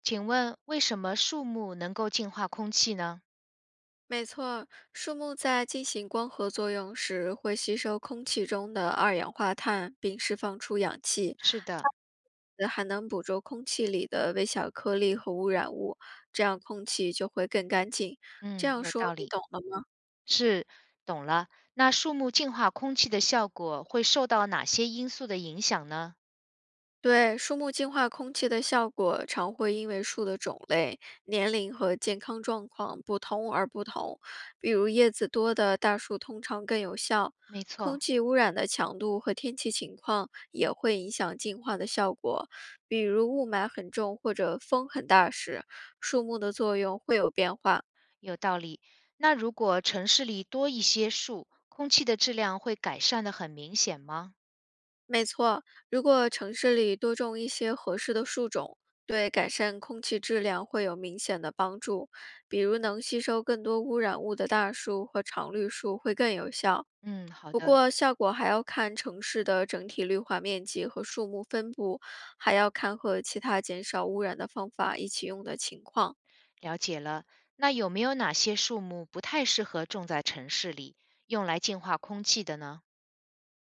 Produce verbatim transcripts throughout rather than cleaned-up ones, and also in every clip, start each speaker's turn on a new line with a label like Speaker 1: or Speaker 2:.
Speaker 1: 请问为什么树木能够净化空气呢？
Speaker 2: 没错，树木在进行光合作用时，会吸收空气中的二氧化碳，并释放出氧气，
Speaker 1: 是
Speaker 2: 这
Speaker 1: 的，
Speaker 2: 样子还能捕捉空气里的微小颗粒和污染物，这样空气就会更干净。这
Speaker 1: 嗯，
Speaker 2: 样
Speaker 1: 有
Speaker 2: 说
Speaker 1: 道
Speaker 2: 你
Speaker 1: 理，
Speaker 2: 懂了吗？
Speaker 1: 是，懂了。那树木净化空气的效果会受到哪些因素的影响呢？
Speaker 2: 对，树木净化空气的效果常会因为树的种类、年龄和健康状况不同而不同。比如叶子多的大树通常更有效。
Speaker 1: 没
Speaker 2: 空
Speaker 1: 错，
Speaker 2: 气污染的强度和天气情况也会影响净化的效果。比如雾霾很重或者风很大时，树木的作用会有变化。
Speaker 1: 有道理。那如果城市里多一些树，空气的质量会改善的很明显吗？
Speaker 2: 没错，如果城市里多种一些合适的树种，对改善空气质量会有明显的帮助。比如能吸收更多污染物的大树和常绿树会更有效。
Speaker 1: 嗯，好
Speaker 2: 不
Speaker 1: 的，
Speaker 2: 过，效果还要看城市的整体绿化面积和树木分布，还要看和其他减少污染的方法一起用的情况。
Speaker 1: 了解了。那有没有哪些树木不太适合种在城市里，用来净化空气的呢？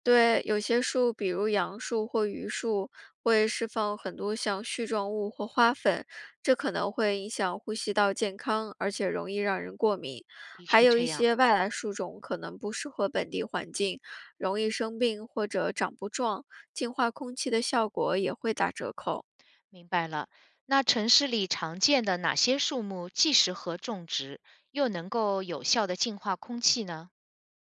Speaker 2: 对，有些树，比如杨树或榆树，会释放很多像絮状物或花粉，这可能会影响呼吸道健康，而且容易让人过敏。
Speaker 1: 的
Speaker 2: 还
Speaker 1: 确
Speaker 2: 有
Speaker 1: 这
Speaker 2: 一
Speaker 1: 样。
Speaker 2: 些外来树种可能不适合本地环境，容易生病或者长不壮，净化空气的效果也会打折扣。
Speaker 1: 明白了。那城市里常见的哪些树木既适合种植，又能够有效的净化空气呢？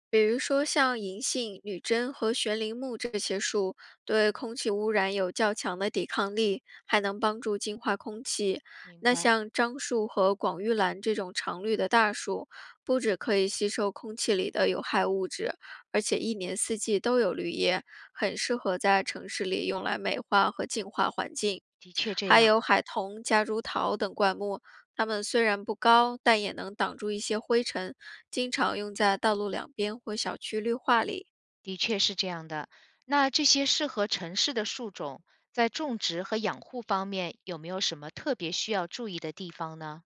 Speaker 2: 比如说像银杏、女贞和悬铃木这些树，对空气污染有较强的抵抗力，还能帮助净化空气。
Speaker 1: 明
Speaker 2: 那
Speaker 1: 白，
Speaker 2: 像樟树和广玉兰这种常绿的大树，不止可以吸收空气里的有害物质，而且一年四季都有绿叶，很适合在城市里用来美化和净化环境。
Speaker 1: 的确这
Speaker 2: 还
Speaker 1: 样，
Speaker 2: 有海桐、夹竹桃等灌木啊，它们虽然不高，但也能挡住一些灰尘，经常用在道路两边或小区绿化里。
Speaker 1: 的确是这样的。那这些适合城市的树种，在种植和养护方面有没有什么特别需要注意的地方呢？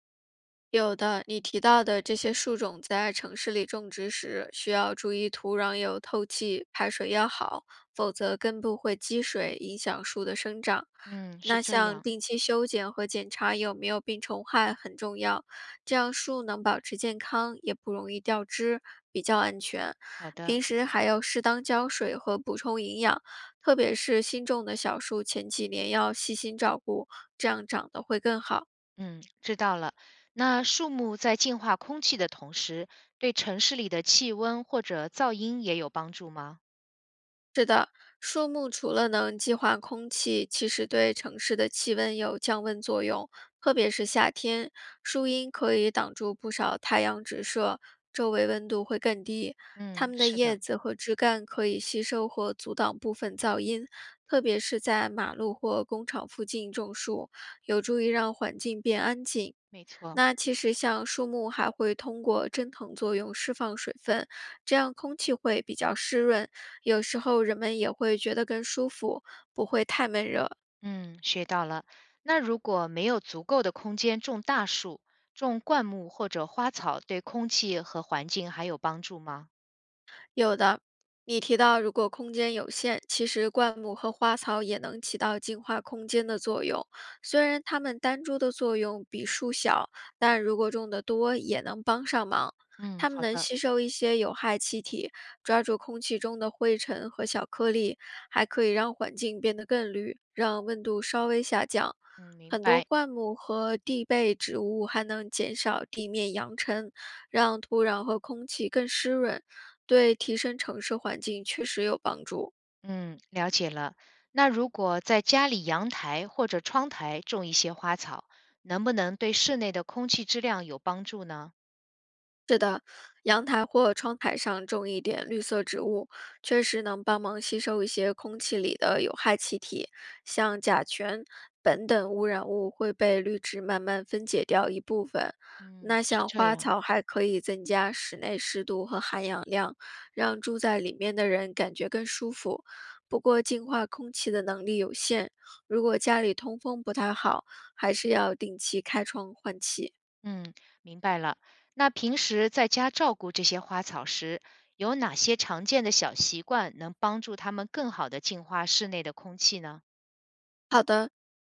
Speaker 2: 有的，你提到的这些树种在城市里种植时，需要注意土壤有透气，排水要好，否则根部会积水，影响树的生长。
Speaker 1: 嗯，是
Speaker 2: 那
Speaker 1: 这
Speaker 2: 像
Speaker 1: 样。
Speaker 2: 定期修剪和检查有没有病虫害很重要，这样树能保持健康，也不容易掉枝，比较安全。
Speaker 1: 好的，
Speaker 2: 平时还要适当浇水和补充营养，特别是新种的小树，前几年要细心照顾，这样长得会更好。
Speaker 1: 嗯，知道了。那树木在净化空气的同时，对城市里的气温或者噪音也有帮助吗？
Speaker 2: 树木除了能净化空气，其实对城市的气温有降温作用，特别是夏天，树荫可以挡住不少太阳直射，周围温度会更低。它
Speaker 1: 嗯，
Speaker 2: 们的
Speaker 1: 是
Speaker 2: 叶
Speaker 1: 的，
Speaker 2: 子和枝干可以吸收或阻挡部分噪音，特别是在马路或工厂附近种树，有助于让环境变安静。
Speaker 1: 没错。
Speaker 2: 那其实像树木还会通过蒸腾作用释放水分，这样空气会比较湿润。有时候人们也会觉得更舒服，不会太闷热。
Speaker 1: 嗯，学到了。那如果没有足够的空间种大树，种灌木或者花草，对空气和环境还有帮助吗？
Speaker 2: 有的，你提到如果空间有限，其实灌木和花草也能起到净化空间的作用。虽然它们单株的作用比树小，但如果种得多，也能帮上忙。
Speaker 1: 嗯，
Speaker 2: 它们
Speaker 1: 好
Speaker 2: 能
Speaker 1: 的，
Speaker 2: 吸收一些有害气体，抓住空气中的灰尘和小颗粒，还可以让环境变得更绿，让温度稍微下降。
Speaker 1: 嗯，明
Speaker 2: 很多
Speaker 1: 白，
Speaker 2: 灌木和地被植物还能减少地面扬尘，让土壤和空气更湿润。对提升城市环境确实有帮助。
Speaker 1: 嗯，了解了。那如果在家里阳台或者窗台种一些花草，能不能对室内的空气质量有帮助呢？
Speaker 2: 阳台或窗台上种一点绿色植物，确实能帮忙吸收一些空气里的有害气体，像甲醛、苯等污染物会被绿植慢慢分解掉一部分。
Speaker 1: 嗯，
Speaker 2: 那
Speaker 1: 是
Speaker 2: 像
Speaker 1: 这
Speaker 2: 花
Speaker 1: 样。
Speaker 2: 草还可以增加室内湿度和含氧量，让住在里面的人感觉更舒服。不过，净化空气的能力有限，如果家里通风不太好，还是要定期开窗换气。
Speaker 1: 嗯，明白了。那平时在家照顾这些花草时，有哪些常见的小习惯能帮助它们更好的净化室内的空气呢？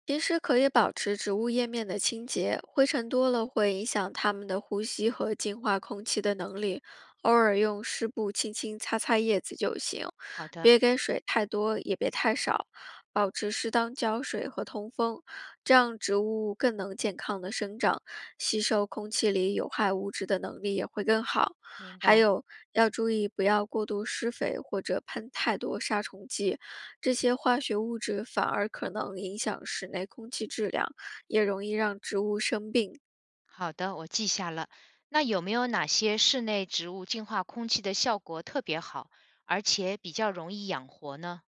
Speaker 2: 平时可以保持植物叶面的清洁，灰尘多了会影响它们的呼吸和净化空气的能力。偶尔用湿布轻轻擦擦叶子就行，
Speaker 1: 好的，
Speaker 2: 别给水太多，也别太少，保持适当浇水和通风，这样植物更能健康的生长，吸收空气里有害物质的能力也会更好。
Speaker 1: 明
Speaker 2: 还
Speaker 1: 白。
Speaker 2: 有要注意，不要过度施肥或者喷太多杀虫剂，这些化学物质反而可能影响室内空气质量，也容易让植物生病。
Speaker 1: 好的，我记下了。那有没有哪些室内植物净化空气的效果特别好，而且比较容易养活呢？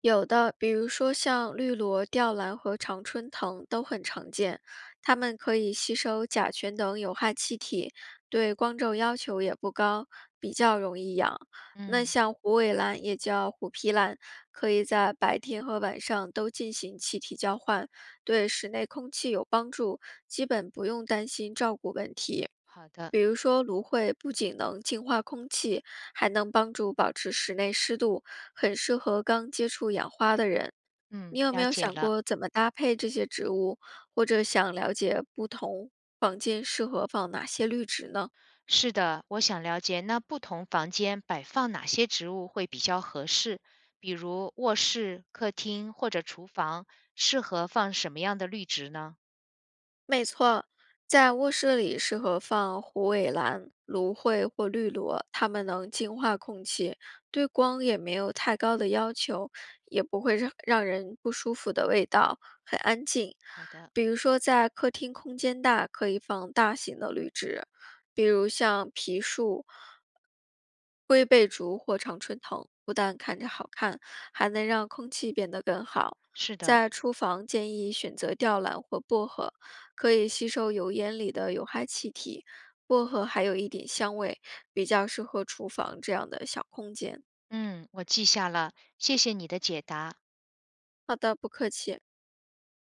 Speaker 2: 有的，比如说像绿萝、吊兰和常春藤都很常见，它们可以吸收甲醛等有害气体，对光照要求也不高，比较容易养。那
Speaker 1: 嗯，
Speaker 2: 像虎尾兰，也叫虎皮兰，可以在白天和晚上都进行气体交换，对室内空气有帮助，基本不用担心照顾问题。
Speaker 1: 好的，
Speaker 2: 比如说，芦荟不仅能净化空气，还能帮助保持室内湿度，很适合刚接触养花的人。
Speaker 1: 嗯，
Speaker 2: 你有没
Speaker 1: 了
Speaker 2: 有
Speaker 1: 解
Speaker 2: 想
Speaker 1: 了。
Speaker 2: 过怎么搭配这些植物，或者想了解不同房间适合放哪些绿植呢？
Speaker 1: 是的，我想了解那不同房间摆放哪些植物会比较合适，比如卧室、客厅或者厨房，适合放什么样的绿植呢？
Speaker 2: 没错，在卧室里适合放虎尾兰、芦荟或绿萝，它们能净化空气，对光也没有太高的要求，也不会让让人不舒服的味道，很安静。
Speaker 1: 好的，
Speaker 2: 比如说，在客厅空间大，可以放大型的绿植，比如像皮树龟背竹或常春藤不但看着好看，还能让空气变得更好。
Speaker 1: 是的，
Speaker 2: 在厨房建议选择吊兰或薄荷，可以吸收油烟里的有害气体。薄荷还有一点香味，比较适合厨房这样的小空间。
Speaker 1: 嗯，我记下了，谢谢你的解答。
Speaker 2: 好的，不客气。